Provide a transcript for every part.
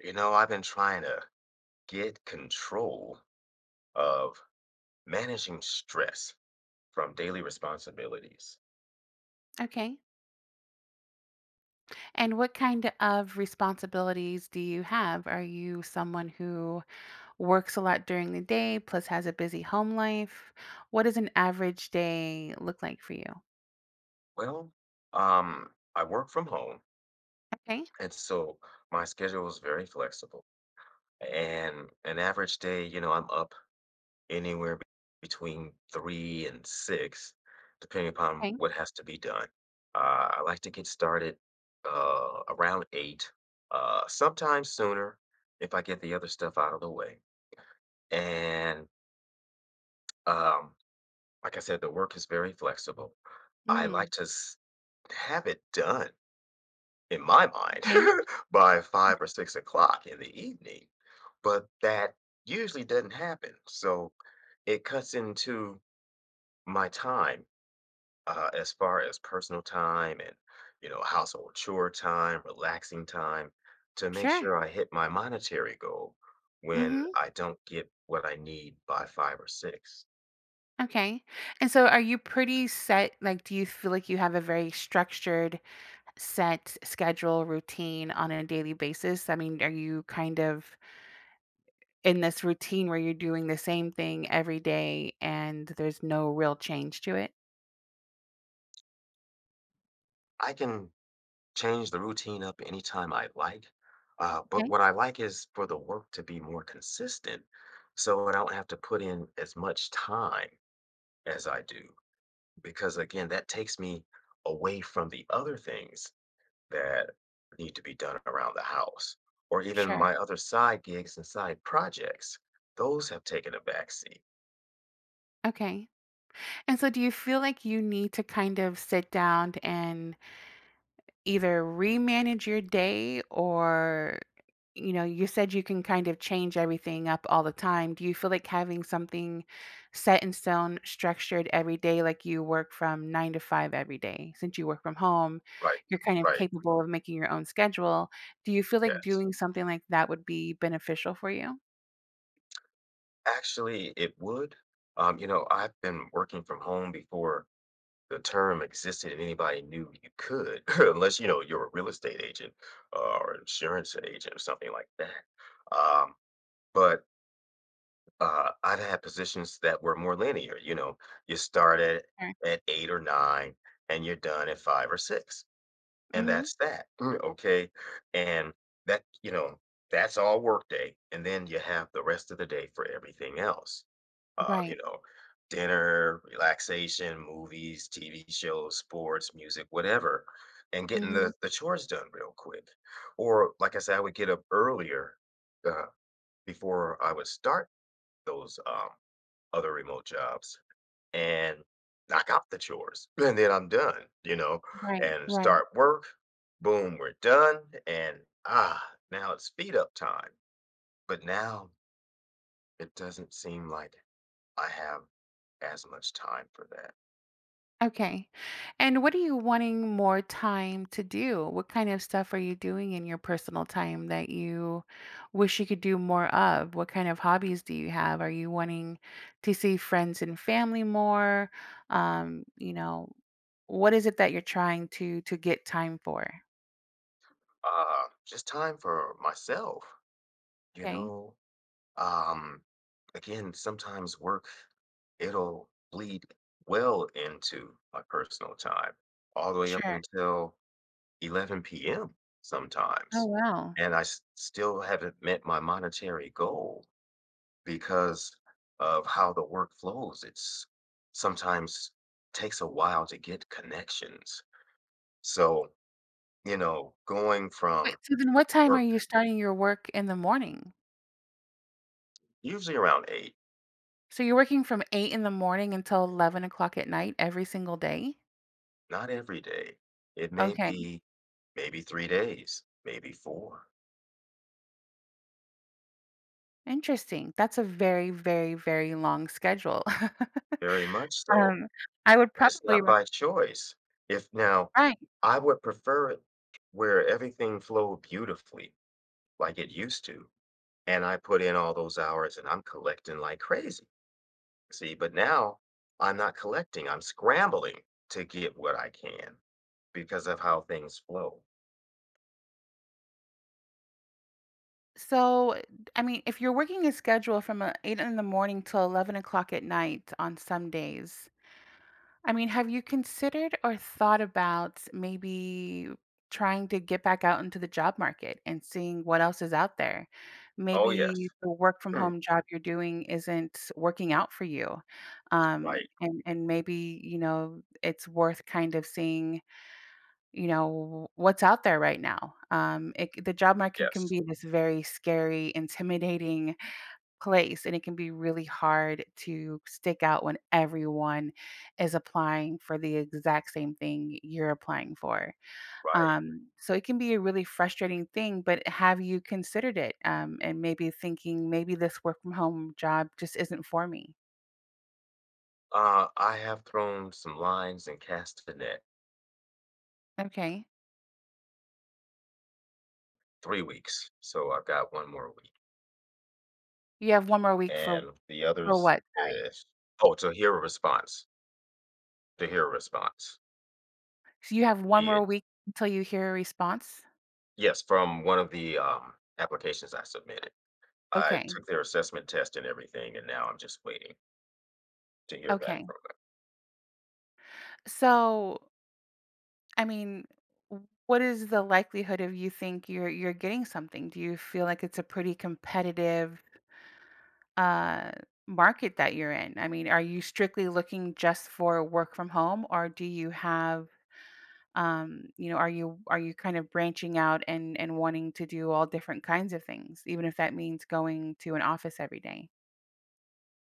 You know, I've been trying to get control of managing stress from daily responsibilities. Okay. And what kind of responsibilities do you have? Are you someone who works a lot during the day, plus has a busy home life? What does an average day look like for you? Well, um, I work from home, Okay. and so my schedule is very flexible. And an average day, you know, I'm up anywhere be- between three and six, depending upon Okay. what has to be done. I like to get started around eight, sometimes sooner if I get the other stuff out of the way. And Um, like I said, the work is very flexible. I like Mm, to s have it done, in my mind, okay. by 5 or 6 o'clock in the evening, but that usually doesn't happen, so it cuts into my time, as far as personal time and, household chore time, relaxing time, to make Sure. sure I hit my monetary goal when Mm-hmm. I don't get what I need by 5 or 6. Okay. And so are you pretty set? Like, do you feel like you have a very structured, set schedule, routine on a daily basis? I mean, are you kind of in this routine where you're doing the same thing every day and there's no real change to it? I can change the routine up anytime I like. But Okay. what I like is for the work to be more consistent, so I don't have to put in as much time as I do. Because again, that takes me away from the other things that need to be done around the house, or even Sure. my other side gigs and side projects. Those have taken a backseat. Okay. And so do you feel like you need to kind of sit down and either remanage your day, or you said you can kind of change everything up all the time. Do you feel like having something set in stone, structured every day, like you work from nine to five every day? Since you work from home, Right, you're kind of right. capable of making your own schedule. Do you feel like Yes. doing something like that would be beneficial for you? Actually, it would. You know, I've been working from home before the term existed and anybody knew you could, unless you know you're a real estate agent, or insurance agent or something like that. But I've had positions that were more linear. You know, you start at, Or, at eight or nine, and you're done at five or six, and hmm, that's that. Mm. Okay, and that you know that's all workday, and then you have the rest of the day for everything else, uh, you right. know, dinner, relaxation, movies, TV shows, sports, music, whatever, and getting Hmm. the chores done real quick. Or, like I said, I would get up earlier uh, before I would start those other remote jobs and knock out the chores. And then I'm done, you know, Right. and Right. start work. Boom, we're done. Ah, Now it's speed up time. But now it doesn't seem like I have as much time for that. Okay. And what are you wanting more time to do? What kind of stuff are you doing in your personal time that you wish you could do more of? What kind of hobbies do you have? Are you wanting to see friends and family more? Um, you know, what is it that you're trying to get time for? Just time for myself, you Okay. know. Um, Again, sometimes work, it'll bleed well into my personal time, all the way up Sure. until 11 p.m. Oh, sometimes, wow. and still haven't met my monetary goal because of how the work flows. It's sometimes takes a while to get connections, so. You know, going Wait, from so then what time are work you starting your work in the morning? usually around 8, So you're working from eight in the morning until 11 o'clock at night every single day? not every day. It may Okay. be Maybe 3 days, maybe 4, Interesting. That's a very, very, very long schedule. very much so, Um, I would and it's probably not recommend. by choice. If now Right. I would prefer it where everything flowed beautifully like it used to, and I put in all those hours and I'm collecting like crazy, see? But now I'm not collecting, I'm scrambling to get what I can because of how things flow. So, I mean, if you're working a schedule from, 8 in the morning till 11 o'clock at night on some days, I mean, have you considered or thought about maybe trying to get back out into the job market and seeing what else is out there? Oh, yes. Maybe the work from home job you're doing isn't working out for you. Um, Right. and, and maybe, it's worth kind of seeing what's out there right now. The job market can Yes, be this very scary, intimidating place, and it can be really hard to stick out when everyone is applying for the exact same thing you're applying for. right. So it can be a really frustrating thing, but have you considered it? And maybe thinking maybe this work from home job just isn't for me. I have thrown some lines and cast a net. Okay. 3 weeks, so I've got 1 more week, You have one more week for and the for others what? is oh, to hear a response, to hear a response, So you have one be more it week until you hear a response? yes, from one of the, applications I submitted. I Okay. took their assessment test and everything, and now I'm just waiting to hear back Okay. from them. So I mean, what is the likelihood of you think you're getting something? Do you feel like it's a pretty competitive uh, market that you're in? I mean, are you strictly looking just for work from home, or do you have are you kind of branching out and wanting to do all different kinds of things, even if that means going to an office every.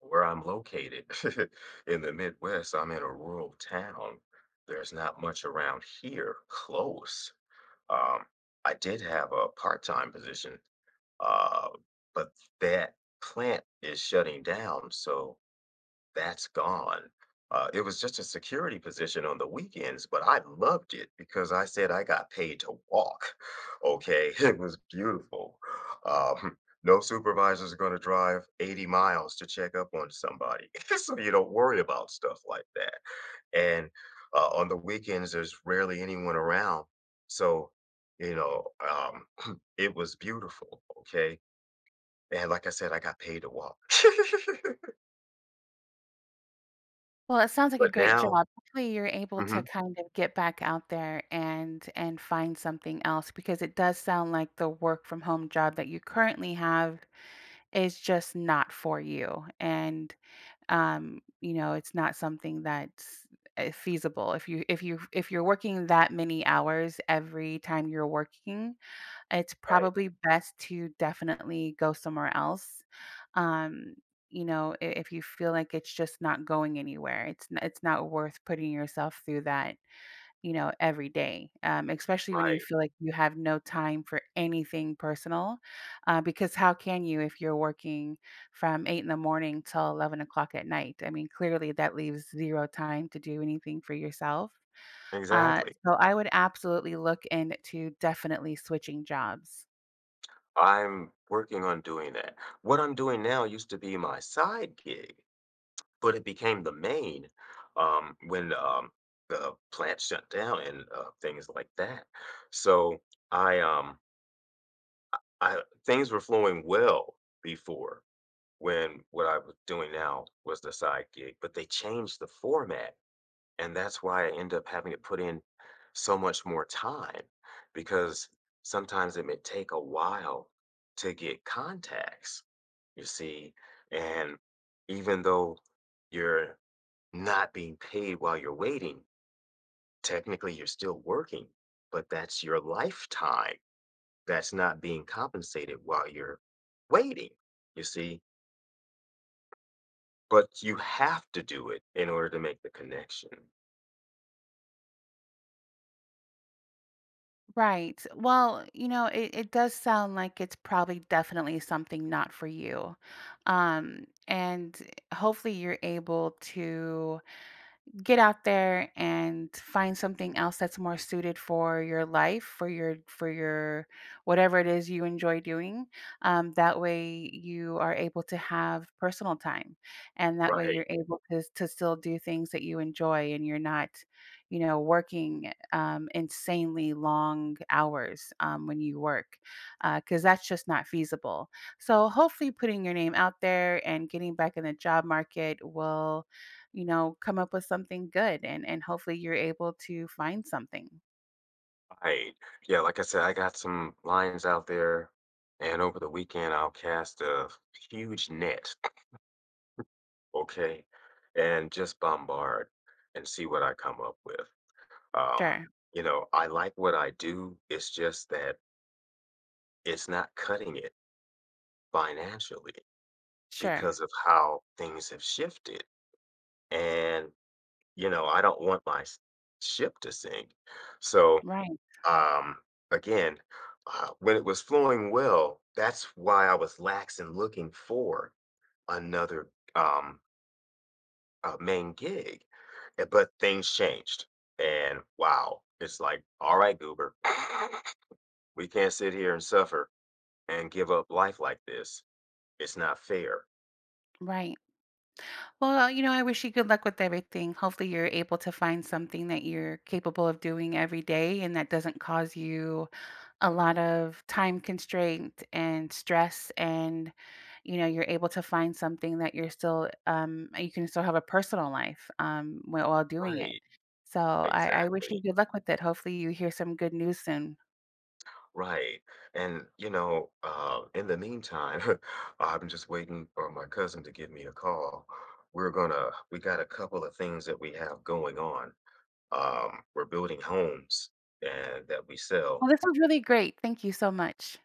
Where I'm located in the Midwest, I'm in a rural town. There's not much around here close. Um, I did have a part-time position, uh, but that plant is shutting down, so that's gone. It was just a security position on the weekends, but I loved it because I said I got paid to walk. Okay, it was beautiful. Um, no supervisor's are going to drive 80 miles to check up on somebody, so you don't worry about stuff like that. And on the weekends there's rarely anyone around, so you know um it was beautiful, okay, and like I said, I got paid to walk. Well, it sounds like a But great now, job. Hopefully, you're able to mhm, kind of get back out there and find something else, because it does sound like the work from home job that you currently have is just not for you. And it's not something that's feasible. If you're working that many hours every time you're working, it's right, probably best to definitely go somewhere else. Um, I if you feel like it's just not going anywhere, it's not worth putting yourself through that, every day, especially when you right, feel like you have no time for anything personal, because how can you if you're working from 8 in the morning till 11 o'clock at night? I mean, clearly that leaves 0 time to do anything for yourself. Exactly, So I would absolutely look into definitely switching jobs. I'm working on doing that. What I'm doing now used to be my side gig, but it became the main, when the plant shut down, and things like that, so i um I things were flowing well before, when what I was doing now was the side gig, but they changed the format, and that's why I end up having to put in so much more time, because sometimes it may take a while to get contacts, you see? And even though you're not being paid while you're waiting, technically you're still working, but that's your lifetime that's not being compensated while you're waiting, you see? But you have to do it in order to make the connection. Right. Well, it does sound like it's probably definitely something not for you. And hopefully you're able to get out there and find something else that's more suited for your life, for your whatever it is you enjoy doing, that way you are able to have personal time, and that way Right, you're able to still do things that you enjoy and you're not working insanely long hours when you work, because that's just not feasible. So hopefully putting your name out there and getting back in the job market will, come up with something good, and hopefully you're able to find something. right. Yeah, like I said, I got some lines out there, and over the weekend, I'll cast a huge net, okay, and just bombard and see what I come up with. Um, Sure. you know, I like what I do. It's just that it's not cutting it financially Sure. because of how things have shifted. And you know, I don't want my s ship to sink. So, Right. um, again, when it was flowing well, that's why I was lax in looking for another, main gig. But things changed, and wow, it's like, "Alright, Goober, we can't sit here and suffer and give up life like this. It's not fair." Right. Well, I wish you good luck with everything. Hopefully you're able to find something that you're capable of doing every day and that doesn't cause you a lot of time constraint and stress, and you're able to find something that you're still you can still have a personal life while doing it. Right, So I wish you exactly. good luck with it. Hopefully you hear some good news soon. Right. And, you know, in the meantime, I'm just waiting for my cousin to give me a call. We got a couple of things that we have going on. We're building homes and that we sell. Well, this was really great. Thank you so much.